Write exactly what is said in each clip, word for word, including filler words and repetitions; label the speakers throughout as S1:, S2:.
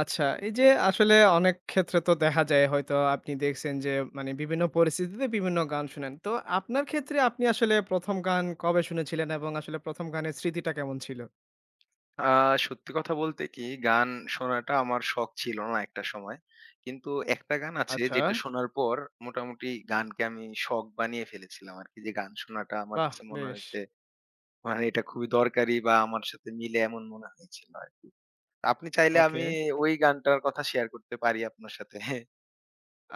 S1: আচ্ছা, এই যে আসলে অনেক ক্ষেত্রে তো দেখা যায় হয়তো আপনি দেখছেন যে মানে বিভিন্ন পরিস্থিতিতে বিভিন্ন গান শুনেন। তো আপনার ক্ষেত্রে আপনি আসলে প্রথম গান কবে শুনেছিলেন এবং আসলে প্রথম গানের স্মৃতিটা কেমন ছিল?
S2: আ সত্যি কথা বলতে কি গান শোনাটা আমার শখ ছিল না একটা সময়। কিন্তু একটা গান আছে
S1: আচ্ছা,
S2: যেটা শোনার পর মোটামুটি গানকে আমি শখ বানিয়ে ফেলেছিলাম আরকি। যে গান শোনাটা আমার
S1: বাহ!
S2: কাছে মনে
S1: বেশ।
S2: হয়েছে মানে এটা খুবই দরকারি বা আমার সাথে মিলে এমন মনে হয়েছিল আরকি। আপনি চাইলে
S1: ওকে।
S2: আমি ওই গানটার কথা শেয়ার করতে পারি আপনার সাথে।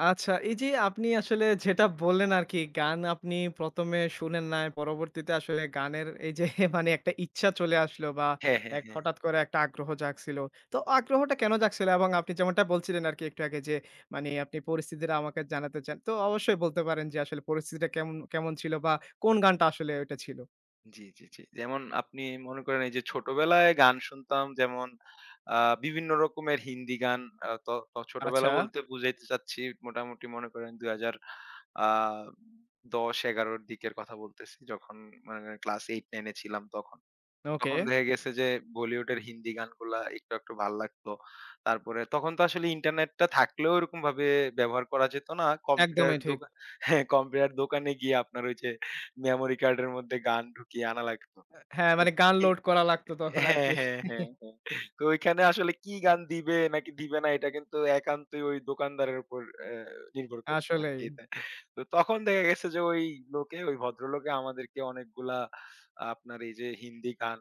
S1: আচ্ছা, এই যে আপনি আসলে যেটা বললেন আরকি, গান আপনি প্রথম এ শুনেন নাই, পরবর্তীতে আসলে গানের এই যে মানে একটা ইচ্ছা চলে আসলো বা
S2: হ্যাঁ, হ্যাঁ,
S1: এক
S2: হ্যাঁ।
S1: হঠাৎ করে একটা আগ্রহ জাগছিল। তো আগ্রহটা কেন জাগছিল? এবং আপনি যেমনটা বলছিলেন আরকি একটু আগে যে মানে আপনি পরিস্থিতিটা আমাকে জানাতে চান। তো অবশ্যই বলতে পারেন যে আসলে পরিস্থিতিটা কেমন কেমন ছিল বা কোন গানটা আসলে ওইটা ছিল?
S2: জি, জি, জি। যেমন আপনি মনে করেন এই যে ছোটবেলায় গান শুনতাম যেমন আ বিভিন্ন রকমের হিন্দি গান। আ ত ত ছোটবেলা
S1: আচ্ছা,
S2: বলতে বুঝাইতে চাচ্ছি মোটামুটি মনে করেন দুই হাজার আ দশ এগারো র দিকের কথা বলতেছি। যখন মানে ক্লাস আট নয় এ ছিলাম তখন।
S1: ওকে।
S2: তখন দেখা গেছে যে বলিউডের হিন্দি গানগুলা একটু, একটু ভাল লাগতো। তারপরে তখন তো আসলে ইন্টারনেটটা থাকলেও ওরকমভাবে ব্যবহার করা যেত না। কম্পিউটার
S1: একদমই ঠিক।
S2: দোকান হ্যাঁ, কম্পিউটার দোকানে গিয়ে আপনার ওই যে মেমোরি কার্ডের মধ্যে গান ঢুকিয়ে আনা লাগতো।
S1: হ্যাঁ, মানে গান লোড করা লাগতো তখন
S2: হ্যাঁ,
S1: আরকি।
S2: হ্যাঁ, হ্যাঁ, হ্যাঁ। তো ওইখানে আসলে কি গান দিবে নাকি দিবে না এটা কিন্তু একান্তই ওই দোকানদারের উপর অ্যা নির্ভর করতো
S1: আসলেই।
S2: আরকি এটা। তো তখন দেখা গেছে যে ওই লোকে ওই ভদ্রলোকে আমাদেরকে অনেকগুলা আপনার এই যে হিন্দি গান,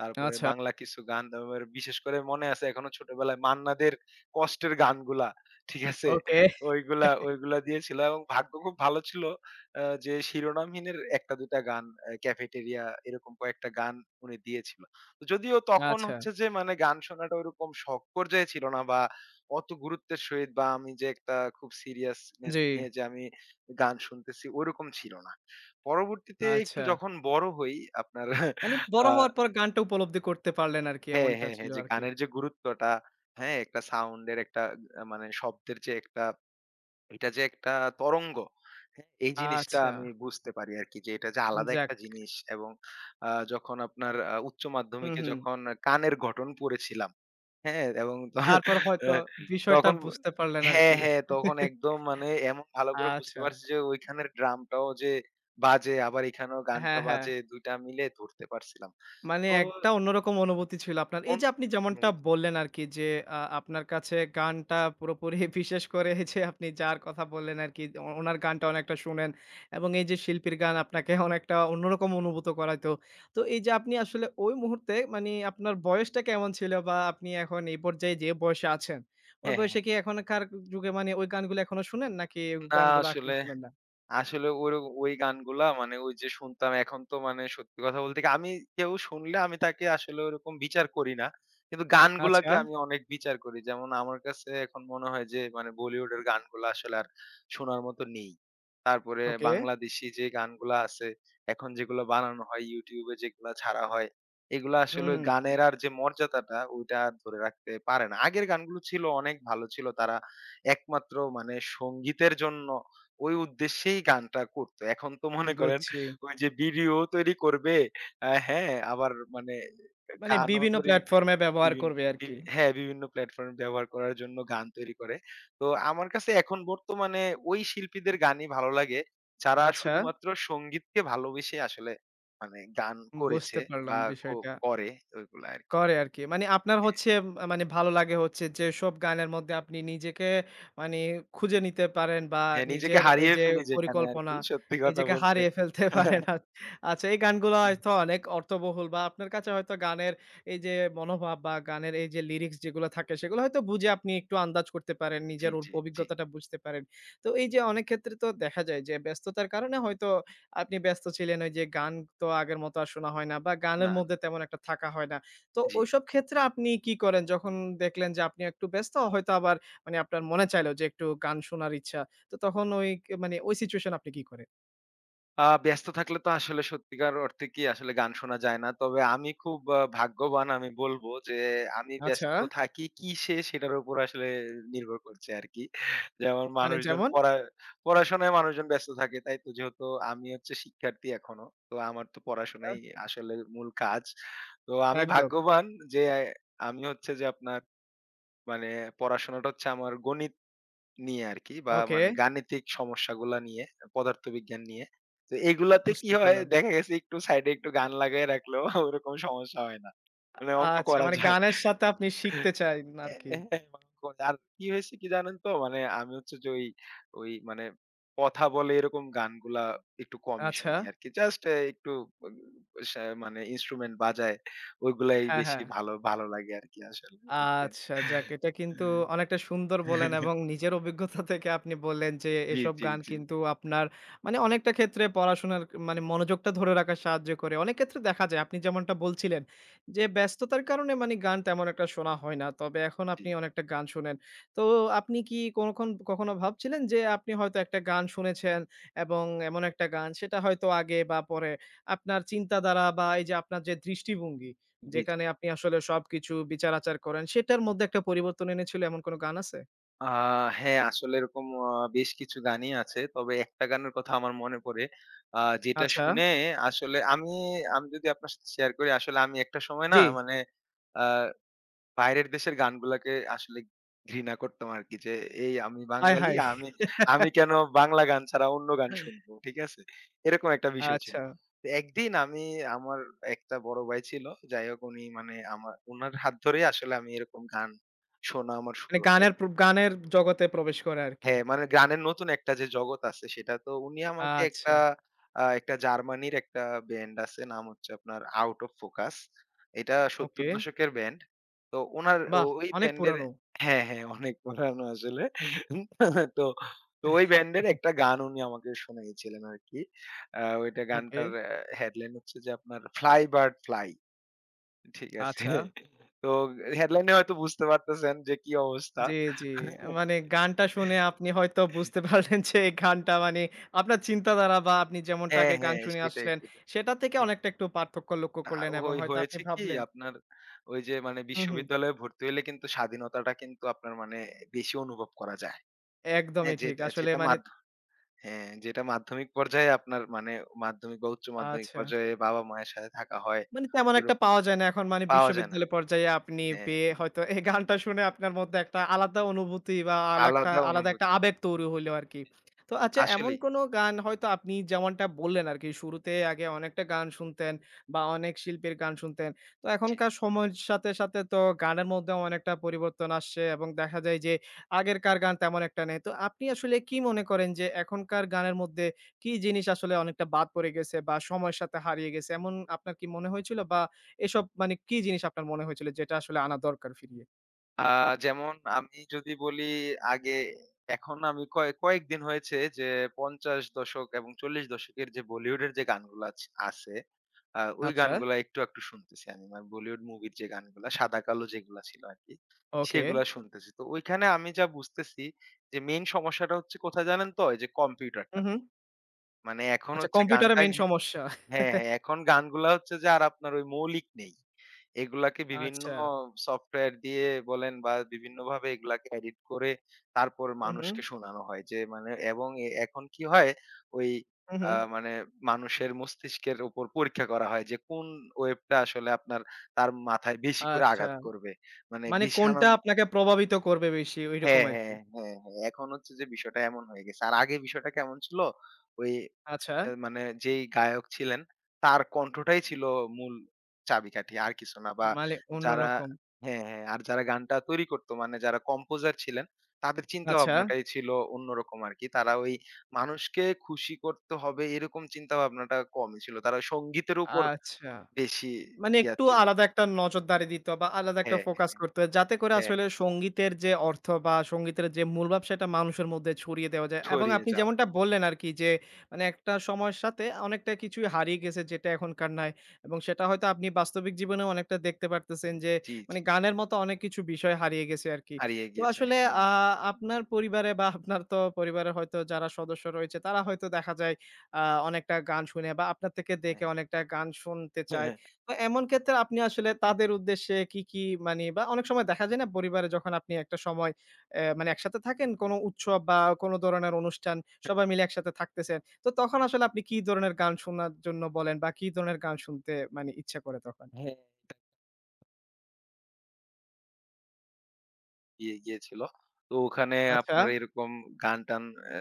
S2: তারপরে
S1: আচ্ছা।
S2: বাংলা কিছু গান, তারপর বিশেষ করে মনে আছে এখনো ছোটবেলায় মান্না দের কষ্টের গানগুলা, ঠিক আছে?
S1: ওকে।
S2: ওইগুলা, ওইগুলা দিয়েছিল এবং ভাগ্য খুব ভালো ছিল অ্যা যে শিরোনামহীনের এক টা দুই টা গান অ্যা ক্যাফেটেরিয়া এরকম কয়েকটা গান উনি দিয়েছিল। যদিও তখন
S1: আচ্ছা।
S2: হচ্ছে যে মানে গান শোনাটা ওইরকম শখ পর্যায়ে ছিল না বা অত গুরুত্বের সহিত বা আমি যে একটা খুব সিরিয়াসনেস
S1: জি।
S2: নিয়ে যে আমি গান শুনতেছি ওরকম ছিল না। পরবর্তীতে একটু
S1: আচ্ছা।
S2: যখন বড় হই আপনার
S1: মানে বড়
S2: আ
S1: হওয়ার পর গানটা উপলব্ধি করতে পারলেন আরকি
S2: হ্যাঁ,
S1: এমনটা
S2: হ্যাঁ,
S1: ছিল
S2: হ্যাঁ, যে
S1: আরকি।
S2: গানের যে গুরুত্বটা, হ্যাঁ, একটা সাউন্ডের একটা আ মানে শব্দের যে একটা এটা যে একটা তরঙ্গ, হ্যাঁ, এই জিনিসটা
S1: আচ্ছা,
S2: আমি বুঝতে পারি আরকি যে এটা যে আলাদা
S1: যাক।
S2: একটা জিনিস এবং আ যখন আপনার আ উচ্চ
S1: হুম,
S2: মাধ্যমিকে
S1: হুম।
S2: যখন কানের গঠন পড়েছিলাম হ্যাঁ, এবং আ
S1: তারপর হয়তো বিষয়টা
S2: তখন ব-
S1: বুঝতে পারলেন
S2: হ্যাঁ,
S1: আরকি।
S2: হ্যাঁ, তখন একদম মানে এমন ভালো করে বুঝতে
S1: আচ্ছা।
S2: পারছি যে ওইখানের ড্রামটাও যে বাজে আবার এখানেও গানটা
S1: হ্যাঁ, হ্যাঁ।
S2: বাজে দুই টা মিলে ধরতে পারছিলাম।
S1: মানে
S2: তো
S1: একটা অন্যরকম অনুভূতি ছিল আপনার। এই যে
S2: অনু
S1: আপনি যেমনটা
S2: অনুভূতি
S1: বললেন আরকি যে আ আপনার কাছে গানটা পুরোপুরি বিশেষ করে এই যে আপনি যার কথা বললেন আরকি অ উনার গানটা অনেকটা শুনেন এবং এই যে শিল্পীর গান আপনাকে অনেকটা অন্যরকম অনুভূত করাইতো। তো এই যে আপনি আসলে ওই মুহূর্তে মানে আপনার বয়সটা কেমন ছিল বা আপনি এখন এই পর্যায়ে যে বয়সে আছেন, ওই
S2: হ্যাঁ,
S1: বয়সে
S2: হ্যাঁ।
S1: কি এখনকার যুগে মানে ওই গানগুলো এখনো শুনেন নাকি ওই
S2: না
S1: গানগুলো এখনো
S2: আসলে
S1: শুনেন না?
S2: আসলে ওইর ওই গানগুলা মানে ওই যে শুনতাম এখন তো মানে সত্যি কথা বলতে কি আমি কেউ শুনলে আমি তাকে আসলে ওরকম বিচার করি না। কিন্তু
S1: আচ্ছা,
S2: গানগুলাকে আমি অনেক বিচার করি। যেমন আমার কাছে এখন মনে হয় যে মানে বলিউডের গানগুলা আসলে আর শোনার মতো নেই। তারপরে
S1: ওকে।
S2: বাংলাদেশী যে গানগুলা আছে, এখন যেগুলো বানানো হয় YouTube এ যেগুলা ছাড়া হয়, এগুলা
S1: হুম,
S2: আসলে ওই
S1: হুম।
S2: গানের আর যে মর্যাদাটা ওইটা আর ধরে রাখতে পারে না। আগের গানগুলো ছিল অনেক ভালো ছিল। তারা একমাত্র মানে সংগীতের জন্য ওই উদ্দেশ্যেই গানটা করতো। এখন তো মনে করেন
S1: বুঝছি।
S2: ওই যে ভিডিও তৈরি করবে, আ হ্যাঁ, আবার মানে
S1: মানে
S2: গানও
S1: বিভিন্ন
S2: তৈরি
S1: প্লাটফর্ম এ ব্যবহার
S2: বিভিন
S1: করবে আরকি।
S2: বিভি হ্যাঁ, বিভিন্ন প্ল্যাটফর্ম ব্যবহার করার জন্য গান তৈরি করে। তো আমার কাছে এখন বর্তমানে ওই শিল্পীদের গানই ভালো লাগে, যারা
S1: আচ্ছা,
S2: শুধুমাত্র সঙ্গীতকে ভালোবেসে আসলে মানে গান
S1: বুঝতে
S2: করেছে
S1: পারলাম
S2: বা কো
S1: বিষয়টা।
S2: করে ওইগুলা আরকি।
S1: করে আরকি। মানে আপনার
S2: হ্যাঁ,
S1: হচ্ছে আ মানে ভালো লাগে হচ্ছে যেসব গানের মধ্যে আপনি নিজেকে মানে খুঁজে নিতে পারেন বা
S2: হ্যাঁ, নিজেকে
S1: নিজের এই
S2: হারিয়ে
S1: যে
S2: ফেলি যেখানে
S1: পরিকল্পনা,
S2: আরকি সত্যি কথা
S1: নিজেকে
S2: বলতে।
S1: হারিয়ে ফেলতে পারেন। আ আচ্ছা এই গানগুলো হয়তো অনেক অর্থবহুল বা আপনার কাছে হয়তো গানের এই যে মনোভাব বা গানের এই যে লিরিক্স যেগুলো থাকে সেগুলো হয়তো বুঝে আপনি একটু আন্দাজ করতে পারেন,
S2: জি,
S1: নিজের অ
S2: জি, জি।
S1: অভিজ্ঞতাটা বুঝতে পারেন। তো এই যে অনেক ক্ষেত্রে তো দেখা যায় যে ব্যস্ততার কারণে হয়তো আপনি ব্যস্ত ছিলেন ওই যে গান তো আগের মতো আর শোনা হয় না বা গানের
S2: না, না।
S1: মধ্যে তেমন একটা থাকা হয় না। তো
S2: জি।
S1: ওইসব ক্ষেত্রে আপনি কি করেন? যখন দেখলেন যে আপনি একটু ব্যস্ত হয়তো আবার মানে আপনার মনে চাইলো যে একটু গান শোনার ইচ্ছা। তো তখন ওই কে মানে ওই সিচুয়েশন আপনি কি করেন?
S2: আ ব্যস্ত থাকলে তো আসলে সত্যিকার অর্থে কি আসলে গান শোনা যায় না। তবে আমি খুব আ ভাগ্যবান আমি বলব যে, আমি
S1: আচ্ছা,
S2: ব্যস্ত থাকি কিসে সেটার উপর আসলে নির্ভর করছে আরকি। যেমন
S1: মানে
S2: মানুষজন
S1: যেমন?
S2: পড়া পড়াশোনায় মানুষজন ব্যস্ত থাকে, তাই তো? যেহেতু আমি হচ্ছে শিক্ষার্থী এখনো। তো আমার তো
S1: আ
S2: পড়াশোনাই আসলে মূল কাজ। তো আমি
S1: একদম।
S2: ভাগ্যবান যে, আমি হচ্ছে যে, আপনার মানে পড়াশোনাটা হচ্ছে আমার গণিত নিয়ে আরকি বা
S1: ওকে,
S2: মানে গাণিতিক সমস্যাগুলা নিয়ে, পদার্থবিজ্ঞান নিয়ে। তো এগুলাতে কি
S1: বুঝতে
S2: হয়
S1: পারলাম।
S2: দেখা গেছে একটু সাইডে একটু গান লাগায় রাখলেও ওরকম সমস্যা হয় না। মানে অঙ্ক
S1: আচ্ছা,
S2: করা
S1: মানে
S2: যায়।
S1: গানের সাথে আপনি শিখতে চান আরকি।
S2: হ্যাঁ, অঙ্ক। আর কি হয়েছে কি জানেন তো? মানে আমি হচ্ছে যে ওই, ওই মানে কথা বলে এরকম গানগুলা একটু কমই
S1: আচ্ছা।
S2: শুনি আরকি। জাস্ট এ একটু উম সা মানে ইন্সট্রুমেন্ট বাজায় ওইগুলাই
S1: হ্যাঁ,
S2: বেশি
S1: হ্যাঁ।
S2: ভালো, ভালো লাগে আরকি আসলে বুঝছেন?
S1: আচ্ছা, যাক এটা কিন্তু অনেকটা সুন্দর বললেন এবং নিজের অভিজ্ঞতা থেকে আপনি বললেন যে
S2: জি,
S1: এসব
S2: জি,
S1: গান
S2: জি,
S1: কিন্তু আপনার মানে অনেকটা ক্ষেত্রে পড়াশোনার মানে মনোযোগটা ধরে রাখা সাহায্য করে। অনেক ক্ষেত্রে দেখা যায় আপনি যেমনটা বলছিলেন যে ব্যস্ততার কারণে মানে গান তেমন একটা শোনা হয় না। তবে এখন
S2: জি।
S1: আপনি অনেকটা গান শোনেন। তো আপনি কি কোনখন কখনো ভাবছিলেন যে আপনি হয়তো একটা গান শুনেছেন এবং এমন একটা গান সেটা হয়তো আগে বা পরে আপনার চিন্তাধারা বা এই যে আপনার যে দৃষ্টিভঙ্গি
S2: জি, জি।
S1: যেখানে আপনি আসলে সবকিছু বিচার-আচার করেন, সেটার মধ্যে একটা পরিবর্তন এনেছিল এমন কোন গান আছে?
S2: আ হ্যাঁ, আসলে এরকম আ বেশ কিছু গানই আছে। তবে একটা গানের কথা আমার মনে পড়ে। আ যেটা
S1: আচ্ছা,
S2: শুনে আসলে আমি আমি যদি আপনার সাথে শেয়ার করি, আসলে আমি একটা সময়
S1: জি।
S2: না মানে আ বাইরের দেশের গানগুলাকে আসলে ঘৃণা করতাম আরকি। যে এই আমি
S1: আয়
S2: বাঙালি,
S1: হায়!
S2: আমি আমি কেন বাংলা গান ছাড়া অন্য গান শুনবো, ঠিক আছে? এরকম একটা বিষয় ছিল।
S1: আচ্ছা।
S2: তো একদিন আমি আমার একটা বড় ভাই ছিল। যাই হোক উনি মানে আমার উনার হাত ধরেই আসলে আমি এরকম গান শোনা আমার
S1: মানে
S2: শুরু হয়।
S1: গানের প্র গানের জগতে প্রবেশ করে আরকি।
S2: হ্যাঁ, মানে গানের নতুন একটা যে জগৎ আছে সেটা তো উনি আমাকে
S1: আচ্ছা,
S2: একটা আ একটা জার্মানির একটা ব্যান্ড আছে নাম হচ্ছে আপনার Out of Focus। এটা সত্তর
S1: ওকে।
S2: দশকের ব্যান্ড। তো উনার ও
S1: বাহ!
S2: ওই
S1: অনেক
S2: ব্যান্ডের
S1: পুরানো।
S2: হ্যাঁ, হ্যাঁ, অনেক পুরানো আসলে। তো তো ওই ব্যান্ডের একটা গান উনি আমাকে শুনিয়েছিলেন আরকি। আ ওইটা
S1: ওকে,
S2: গানটার অ্যা হেডলাইন হচ্ছে যে আপনার "Fly Bird Fly" ঠিক আছে?
S1: আচ্ছা।
S2: তো হেডলাইনে হয়তো বুঝতে পারতেছেন যে কি অবস্থা।
S1: জি, জি। মানে গানটা শুনে আপনি হয়তো বুঝতে পারলেন যে এই গানটা মানে আপনার চিন্তাধারা বা আপনি যেমনটা
S2: হ্যাঁ,
S1: আগে গান
S2: হ্যাঁ,
S1: শুনে
S2: সেটাই,
S1: আসলেন,
S2: সেটাই।
S1: সেটা থেকে
S2: জি।
S1: অনেকটা একটু পার্থক্য লক্ষ্য
S2: না
S1: করলেন এবং
S2: ওই
S1: হয়তো আপনি
S2: হয়েছে কি
S1: ভাবলেন
S2: আপনার ওই যে মানে
S1: হুম, হুম।
S2: বিশ্ববিদ্যালয়ে ভর্তি হইলে কিন্তু স্বাধীনতাটা কিন্তু আপনার মানে বেশি অনুভব করা যায়। হ্যাঁ,
S1: একদমই ঠিক।
S2: যেটা
S1: আসলে
S2: যেটা
S1: মানে
S2: মাধ্য হ্যাঁ, যেটা মাধ্যমিক পর্যায়ে আপনার মানে মাধ্যমিক বা উচ্চ মাধ্যমিক
S1: আচ্ছা।
S2: পর্যায়ে বাবা-মায়ের সাথে থাকা হয়,
S1: মানে তেমন একটা
S2: ওরকম
S1: পাওয়া যায় না এখন মানে
S2: পাওয়া যায় না।
S1: বিশ্ববিদ্যালয় পর্যায়ে আপনি
S2: হ্যাঁ,
S1: পেয়ে
S2: হ্যাঁ।
S1: হয়তো এই গানটা শুনে আপনার মধ্যে একটা আলাদা অনুভূতি বা আলাকটা
S2: আলাদা
S1: আলাদা একটা
S2: অনুভূতি।
S1: আবেগ তৈরি হইলো আরকি। তো আচ্ছা এমন
S2: আসলেই।
S1: কোনো গান হয়তো আপনি যেমনটা বললেন আরকি শুরুতে আগে অনেকটা গান শুনতেন বা অনেক শিল্পীর গান শুনতেন। তো
S2: জি।
S1: এখনকার সময়ের সাথে, সাথে তো গানের মধ্যেও অনেকটা পরিবর্তন আসছে এবং দেখা যায় যে আগেরকার গান তেমন একটা নেই। তো আপনি আসলে কি মনে করেন যে এখনকার গানের মধ্যে কি জিনিস আসলে অনেকটা বাদ পড়ে গেছে বা সময়ের সাথে হারিয়ে গেছে এমন আপনার কি মনে হয়েছিল? বা এসব মানে কি জিনিস আপনার মনে হয়েছিল যেটা আসলে আনা দরকার ফিরিয়ে?
S2: আ যেমন আমি যদি বলি আগে এখন আমি কয়ে কয়েকদিন হয়েছে যে পঞ্চাশ দশক এবং চল্লিশ দশকের যে বলিউডের যে গানগুলা আছ আছে, আ ওই
S1: আচ্ছা।
S2: গানগুলা একটু একটু শুনতেছি আমি। মানে বলিউড মুভির যে গানগুলা সাদা কালো যেগুলা ছিল আরকি,
S1: ওকে।
S2: সেগুলা শুনতেছি। তো ওইখানে আমি যা বুঝতেছি যে মেইন সমস্যাটা হচ্ছে কোথায় জানেন তো? এই যে
S1: হু, হু।
S2: কম্পিউটারটাতে। মানে এখন
S1: আচ্ছা
S2: হচ্ছে
S1: কম্পিউটারে
S2: গানটা
S1: মেইন সমস্যা।
S2: হ্যাঁ, হ্যাঁ। এখন গানগুলা হচ্ছে যে আর আপনার ওই মৌলিক নেই। এগুলাকে বিভিন্ন
S1: আচ্ছা।
S2: সফটওয়্যার দিয়ে বলেন বা বিভিন্নভাবে এগুলাকে এডিট করে তারপর
S1: হু, হু,
S2: মানুষকে শোনানো হয়। যে মানে এবং এ এখন কি হয় ওই
S1: হু, হু।
S2: আ মানে মানুষের মস্তিষ্কের উপর পরীক্ষা করা হয় যে কোন ওয়েভটা আসলে আপনার তার মাথায় বেশি করে
S1: আচ্ছা।
S2: আঘাত করবে। মানে
S1: মানে
S2: বেশি
S1: কোনটা
S2: আনন্দ
S1: আপনাকে প্রভাবিত করবে বেশি ঐরকম
S2: হ্যাঁ,
S1: আরকি।
S2: হ্যাঁ, হ্যাঁ, হ্যাঁ। এখন হচ্ছে যে বিষয়টা এমন হয়ে গেছে। আর আগে বিষয়টা কেমন ছিল? ওই
S1: আচ্ছা।
S2: এ মানে যেই গায়ক ছিলেন, তার কণ্ঠটাই ছিল মূল চাবিকাঠি। আর কিছু না বা
S1: মানে
S2: যারা
S1: অন্যরকম।
S2: হ্যাঁ, হ্যাঁ। আর যারা গানটা তৈরি করতো মানে যারা কম্পোজার ছিলেন, তাদের চিন্তা
S1: আচ্ছা,
S2: ভাবনাটাই ছিল অন্যরকম আরকি। তারা ওই মানুষকে খুশি করতে হবে এরকম চিন্তা ভাবনাটা কমই ছিল। তারা সঙ্গীতের উপর
S1: আচ্ছা।
S2: বেশি
S1: মানে
S2: ইয়া
S1: একটু
S2: ছিল।
S1: আলাদা একটা নজরদারি দিত বা আলাদা একটা
S2: হ্যাঁ, হ্যাঁ,
S1: ফোকাস
S2: হ্যাঁ,
S1: করতো। যাতে করে
S2: হ্যাঁ।
S1: আসলে সংগীতের যে অর্থ বা সংগীতের যে মূল ভাব সেটা মানুষের মধ্যে ছড়িয়ে দেওয়া যায়। এবং
S2: ছড়িয়ে
S1: আপনি
S2: যাওয়া।
S1: যেমনটা বললেন আরকি যে মানে একটা সময়ের সাথে অনেকটা কিছুই হারিয়ে গেছে যেটা এখনকার নাই। এবং সেটা হয়তো আপনি বাস্তবিক জীবনেও অনেকটা দেখতে পারতেছেন যে
S2: জি, জি।
S1: মানে গানের মতো অনেক কিছু বিষয় হারিয়ে গেছে আরকি।
S2: হারিয়ে
S1: তো
S2: গিয়েছে।
S1: আসলে
S2: হ্যাঁ, হ্যাঁ।
S1: আ আপনার পরিবারে বা আপনার তো পরিবারে হয়তো যারা সদস্য রয়েছে তারা হয়তো দেখা যায় আ অনেকটা গান শুনে বা আপনার থেকে দেখে অনেকটা গান শুনতে চায়। তো এমন ক্ষেত্রে আপনি আসলে তাদের উদ্দেশ্যে কি, কি মানি বা অনেক সময় দেখা যায় না পরিবারে যখন আপনি একটা সময় অ্যা মানে একসাথে থাকেন কোনো উৎসব বা কোনো ধরনের অনুষ্ঠান সবাই মিলে একসাথে থাকতেছেন। তো তখন আসলে আপনি কি ধরনের গান শোনার জন্য বলেন বা কি ধরনের গান শুনতে মানে ইচ্ছা করে তখন?
S2: হ্যাঁ, হারিয়ে গিয়েছিল। তো ওখানে
S1: আচ্ছা,
S2: আপনার এরকম গান-টান অ্যা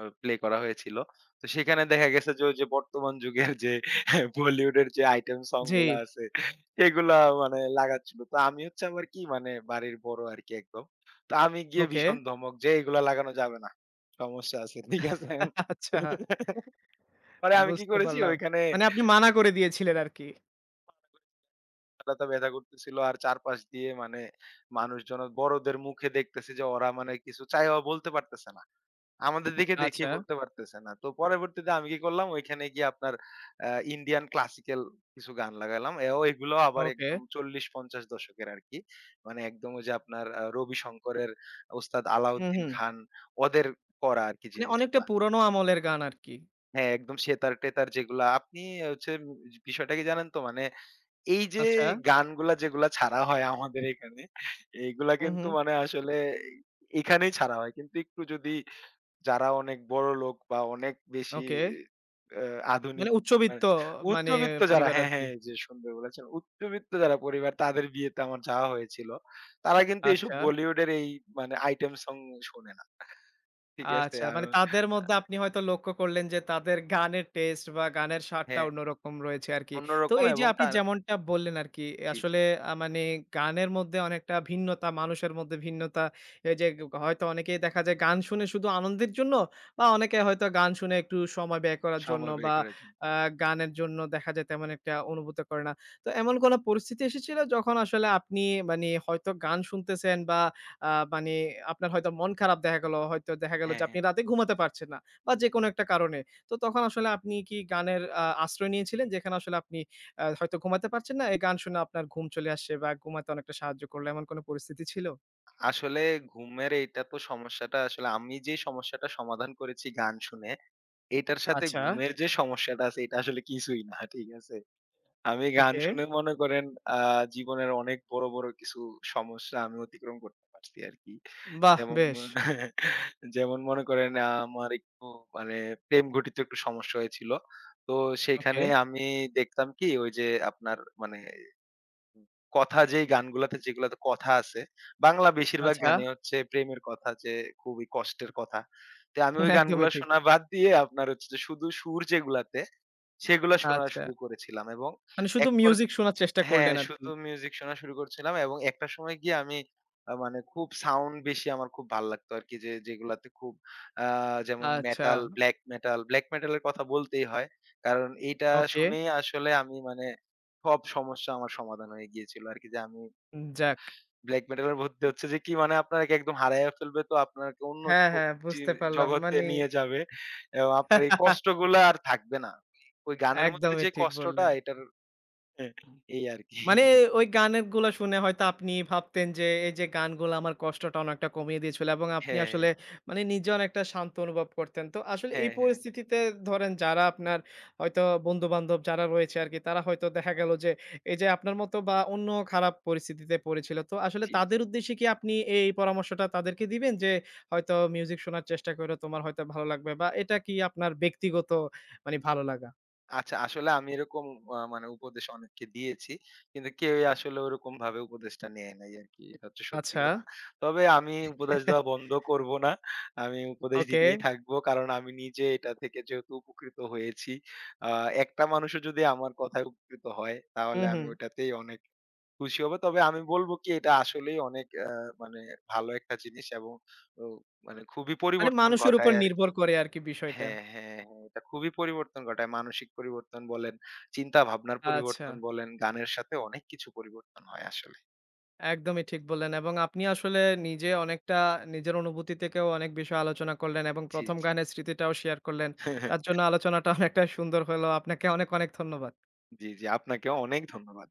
S2: আ প্লে করা হয়েছিল। তো সেখানে দেখা গেছে যে, ওই যে বর্তমান যুগের যে বলিউডের যে আইটেম সং
S1: জি,
S2: গুলা আছে, এগুলা মানে লাগাচ্ছিল। তো আমি হচ্ছে আবার কি মানে বাড়ির বড় আরকি একদম। তো আমি গিয়ে
S1: ওকে।
S2: ভীষণ ধমক যে, "এগুলা লাগানো যাবে না। সমস্যা আছে।" ঠিক আছে?
S1: আচ্ছা,
S2: পরে আমি কি
S1: বুঝতে
S2: করেছি
S1: পারলাম।
S2: ওইখানে
S1: মানে আপনি মানা করে দিয়েছিলেন আরকি।
S2: গলাটা ব্যথা করতেছিল আর চারপাশ দিয়ে মানে মানুষজন বড়দের মুখে দেখতেছি যে ওরা মানে কিছু চাইয়াও বলতে পারতেছে না। আমাদের দিকে দেখে
S1: আচ্ছা,
S2: দেখেই বলতে পারতেছে না। তো পরবর্তীতে আমি কি করলাম ওইখানে গিয়ে আপনার আ ইন্ডিয়ান ক্লাসিক্যাল কিছু গান লাগালাম। এও এগুলো আবার
S1: ওকে।
S2: একদম চল্লিশ পঞ্চাশ দশকের আরকি। মানে একদম ওই যে আপনার আ রবি শঙ্করের, ওস্তাদ
S1: হুম,
S2: আলাউদ্দিন
S1: হুম।
S2: খান ওদের করা আরকি
S1: মানে অনেকটা
S2: জিনিসগুলা।
S1: পুরনো আমলের গান আরকি।
S2: হ্যাঁ, একদম সেতার-টেতার যেগুলা আপনি হচ্ছে উম বিষয়টা কি জানেন তো? মানে এই যে
S1: আচ্ছা,
S2: গানগুলা যেগুলা ছাড়া হয় আমাদের এখানে, এইগুলা
S1: হুম,
S2: কিন্তু
S1: হুম।
S2: মানে আসলে এখানেই ছাড়া হয়। কিন্তু একটু যদি যারা অনেক বড়লোক বা অনেক বেশি
S1: ওকে।
S2: আ
S1: মানে
S2: আধুনিক
S1: উচ্চবিত্ত
S2: মানে
S1: মানে
S2: উচ্চবিত্ত যারা
S1: পরিবার
S2: হ্যাঁ,
S1: আরকি।
S2: হ্যাঁ, এই যে সুন্দর বলেছেন। উচ্চবিত্ত যারা পরিবার তাদের বিয়েতে আমার যাওয়া হয়েছিল। তারা কিন্তু এইসব
S1: আচ্ছা।
S2: বলিউডের এই মানে আইটেম সং শোনে না। ঠিক আছে?
S1: আচ্ছা,
S2: আ
S1: মানে তাদের মধ্যে আপনি হয়তো লক্ষ্য করলেন যে তাদের গানের টেস্ট বা গানের স্বাদটা
S2: হ্যাঁ,
S1: অন্যরকম রয়েছে আরকি। তো
S2: অন্যরকম
S1: এই যে
S2: এবং
S1: আপনি
S2: তারা
S1: যেমনটা বললেন আরকি,
S2: জি, জি।
S1: আসলে আ মানে গানের মধ্যে অনেকটা ভিন্নতা, মানুষের মধ্যে ভিন্নতা। এই যে গ হয়তো অনেকেই দেখা যায় গান শুনে শুধু আনন্দের জন্য বা অনেকে হয়তো গান শুনে একটু সময় ব্যয় করার জন্য
S2: সময় ব্যয়
S1: বা
S2: করার জন্য।
S1: আ গানের জন্য দেখা যায় তেমন একটা অনুভূতি করে না। তো এমন কোন পরিস্থিতি এসেছিল যখন আসলে আপনি মানে হয়তো গান শুনতেছেন বা আ মানে আপনার হয়তো মন খারাপ দেখা গেল, হয়তো দেখা গেল যে
S2: হ্যাঁ,
S1: আপনি
S2: হ্যাঁ।
S1: রাতে ঘুমাতে পারছেন না বা যেকোনো একটা কারণে। তো তখন আসলে আপনি কি গানের আ আশ্রয় নিয়েছিলেন? যেখানে আসলে আপনি আ হয়তো ঘুমাতে পারছেন না, এই গান শুনে আপনার ঘুম চলে আসছে বা ঘুমাতে অনেকটা সাহায্য করল, এমন কোনো পরিস্থিতি ছিল?
S2: আসলে ঘুমের এইটা তো সমস্যাটা আসলে আমি যে সমস্যাটা সমাধান করেছি গান শুনে, এটার সাথে
S1: আচ্ছা,
S2: ঘুমের যে সমস্যাটা আছে এটা আসলে কিছুই না। ঠিক আছে? আমি গান
S1: ওকে।
S2: শুনে মনে করেন আ জীবনের অনেক বড়, বড় কিছু সমস্যা আমি অতিক্রম করতে পারছি আরকি।
S1: বাহ!
S2: যেমন
S1: বেশ।
S2: যেমন মনে করেন আ আমার একটু মানে প্রেম ঘটিত একটু সমস্যা হয়েছিল। তো
S1: ওকে,
S2: সেখানে আমি দেখতাম কি ওই যে আপনার মানে কথা যেই গানগুলাতে যেগুলাতে কথা আছে, বাংলা বেশিরভাগ
S1: আচ্ছা।
S2: গানে হচ্ছে প্রেমের কথা যে খুবই কষ্টের কথা। তো আমি ওই
S1: একদমই
S2: গানগুলা
S1: ঠিক।
S2: শোনা বাদ দিয়ে আপনার হচ্ছে যে শুধু সুর যেগুলাতে সেগুলা শোনা
S1: আচ্ছা।
S2: শুরু করেছিলাম এবং
S1: মানে শুধু
S2: একপর
S1: মিউজিক শোনার চেষ্টা
S2: হ্যাঁ,
S1: করলেন আরকি।
S2: শুধু মিউজিক শোনা শুরু করছিলাম এবং একটা সময় গিয়ে আমি আ মানে খুব সাউন্ড বেশি আমার খুব ভাল লাগতো আরকি যে, যেগুলাতে খুব আ যেমন
S1: আচ্ছা,
S2: metal, black metal, black metal এর কথা বলতেই হয়। কারণ এইটা
S1: ওকে।
S2: শুনেই আসলে আমি মানে সব সমস্যা আমার সমাধান হয়ে গিয়েছিল আরকি যে, আমি
S1: যাক।
S2: ব্লাক মেটাল এর ভর্তি হচ্ছে যে, কি মানে আপনাকে একদম হারাইয়া ফেলবে তো আপনাকে অন্য
S1: হ্যাঁ,
S2: কো
S1: হ্যাঁ,
S2: জি,
S1: বুঝতে পারলাম।
S2: জগতে
S1: মানে
S2: নিয়ে যাবে এবং আপনার এই কষ্টগুলা আর থাকবে না। ওই গানের মধ্যে
S1: একদমই
S2: যে,
S1: ঠিক
S2: কষ্টটা
S1: বললেন।
S2: এটার হ্যাঁ, এই আরকি।
S1: মানে ওই গানের গুলা শুনে হয়তো আপনি ভাবতেন যে, এই যে গানগুলা আমার কষ্টটা অনেকটা কমিয়ে দিয়েছিল এবং আপনি
S2: হ্যাঁ,
S1: আসলে মানে নিজে অনেকটা শান্ত অনুভব করতেন। তো আসলে এই
S2: হ্যাঁ, হ্যাঁ।
S1: পরিস্থিতিতে ধরেন যারা আপনার হয়তো বন্ধু-বান্ধব যারা রয়েছে আরকি, তারা হয়তো দেখা গেল যে, এই যে আপনার মতো বা অন্য খারাপ পরিস্থিতিতে পড়েছিল। তো আসলে
S2: জি, জি।
S1: তাদের উদ্দেশ্যে কি আপনি এই পরামর্শটা তাদেরকে দিবেন যে, হয়তো মিউজিক শোনার চেষ্টা করো, তোমার হয়তো ভালো লাগবে বা এটা কি আপনার ব্যক্তিগত মানে ভালো লাগা?
S2: আচ্ছা আসলে আমি এরকম আ মানে উপদেশ অনেককে দিয়েছি। কিন্তু কেউই আসলে ওরকমভাবে উপদেশটা নেয় নাই আরকি। এটা হচ্ছে সত্যি
S1: আচ্ছা।
S2: কথা। তবে আমি উপদেশ দেওয়া বন্ধ করব না। আমি উপদেশ
S1: ওকে।
S2: দিতেই থাকবো। কারণ আমি নিজে এটা থেকে যেহেতু উপকৃত হয়েছি। আ একটা মানুষও যদি আমার কথায় উপকৃত হয়
S1: হুম,
S2: তাহলে আমি
S1: হুম।
S2: ওইটাতেই অনেক খুশি হব। তবে আমি বলবো কি এটা আসলেই অনেক আ মানে ভালো একটা জিনিস এবং ও মানে খুবই
S1: মানে
S2: পরিবর্তন
S1: মানুষের উপর
S2: ঘটায়
S1: নির্ভর
S2: আরকি।
S1: করে আরকি বিষয়টা।
S2: হ্যাঁ, হ্যাঁ, হ্যাঁ। এটা খুবই পরিবর্তন ঘটায়। মানসিক পরিবর্তন বলেন, চিন্তা ভাবনার
S1: আচ্ছা,
S2: পরিবর্তন বলেন, গানের সাথে অনেক কিছু পরিবর্তন হয় আসলে।
S1: একদমই ঠিক বললেন এবং আপনি আসলে নিজে অনেকটা নিজের অনুভূতি থেকেও অনেক বিষয় আলোচনা করলেন এবং
S2: জি,
S1: প্রথম
S2: জি।
S1: গানের স্মৃতিটাও শেয়ার করলেন। তার জন্য আলোচনাটা অনেকটা সুন্দর হলো। আপনাকে অনেক, অনেক ধন্যবাদ।
S2: জি, জি। আপনাকেও অনেক ধন্যবাদ।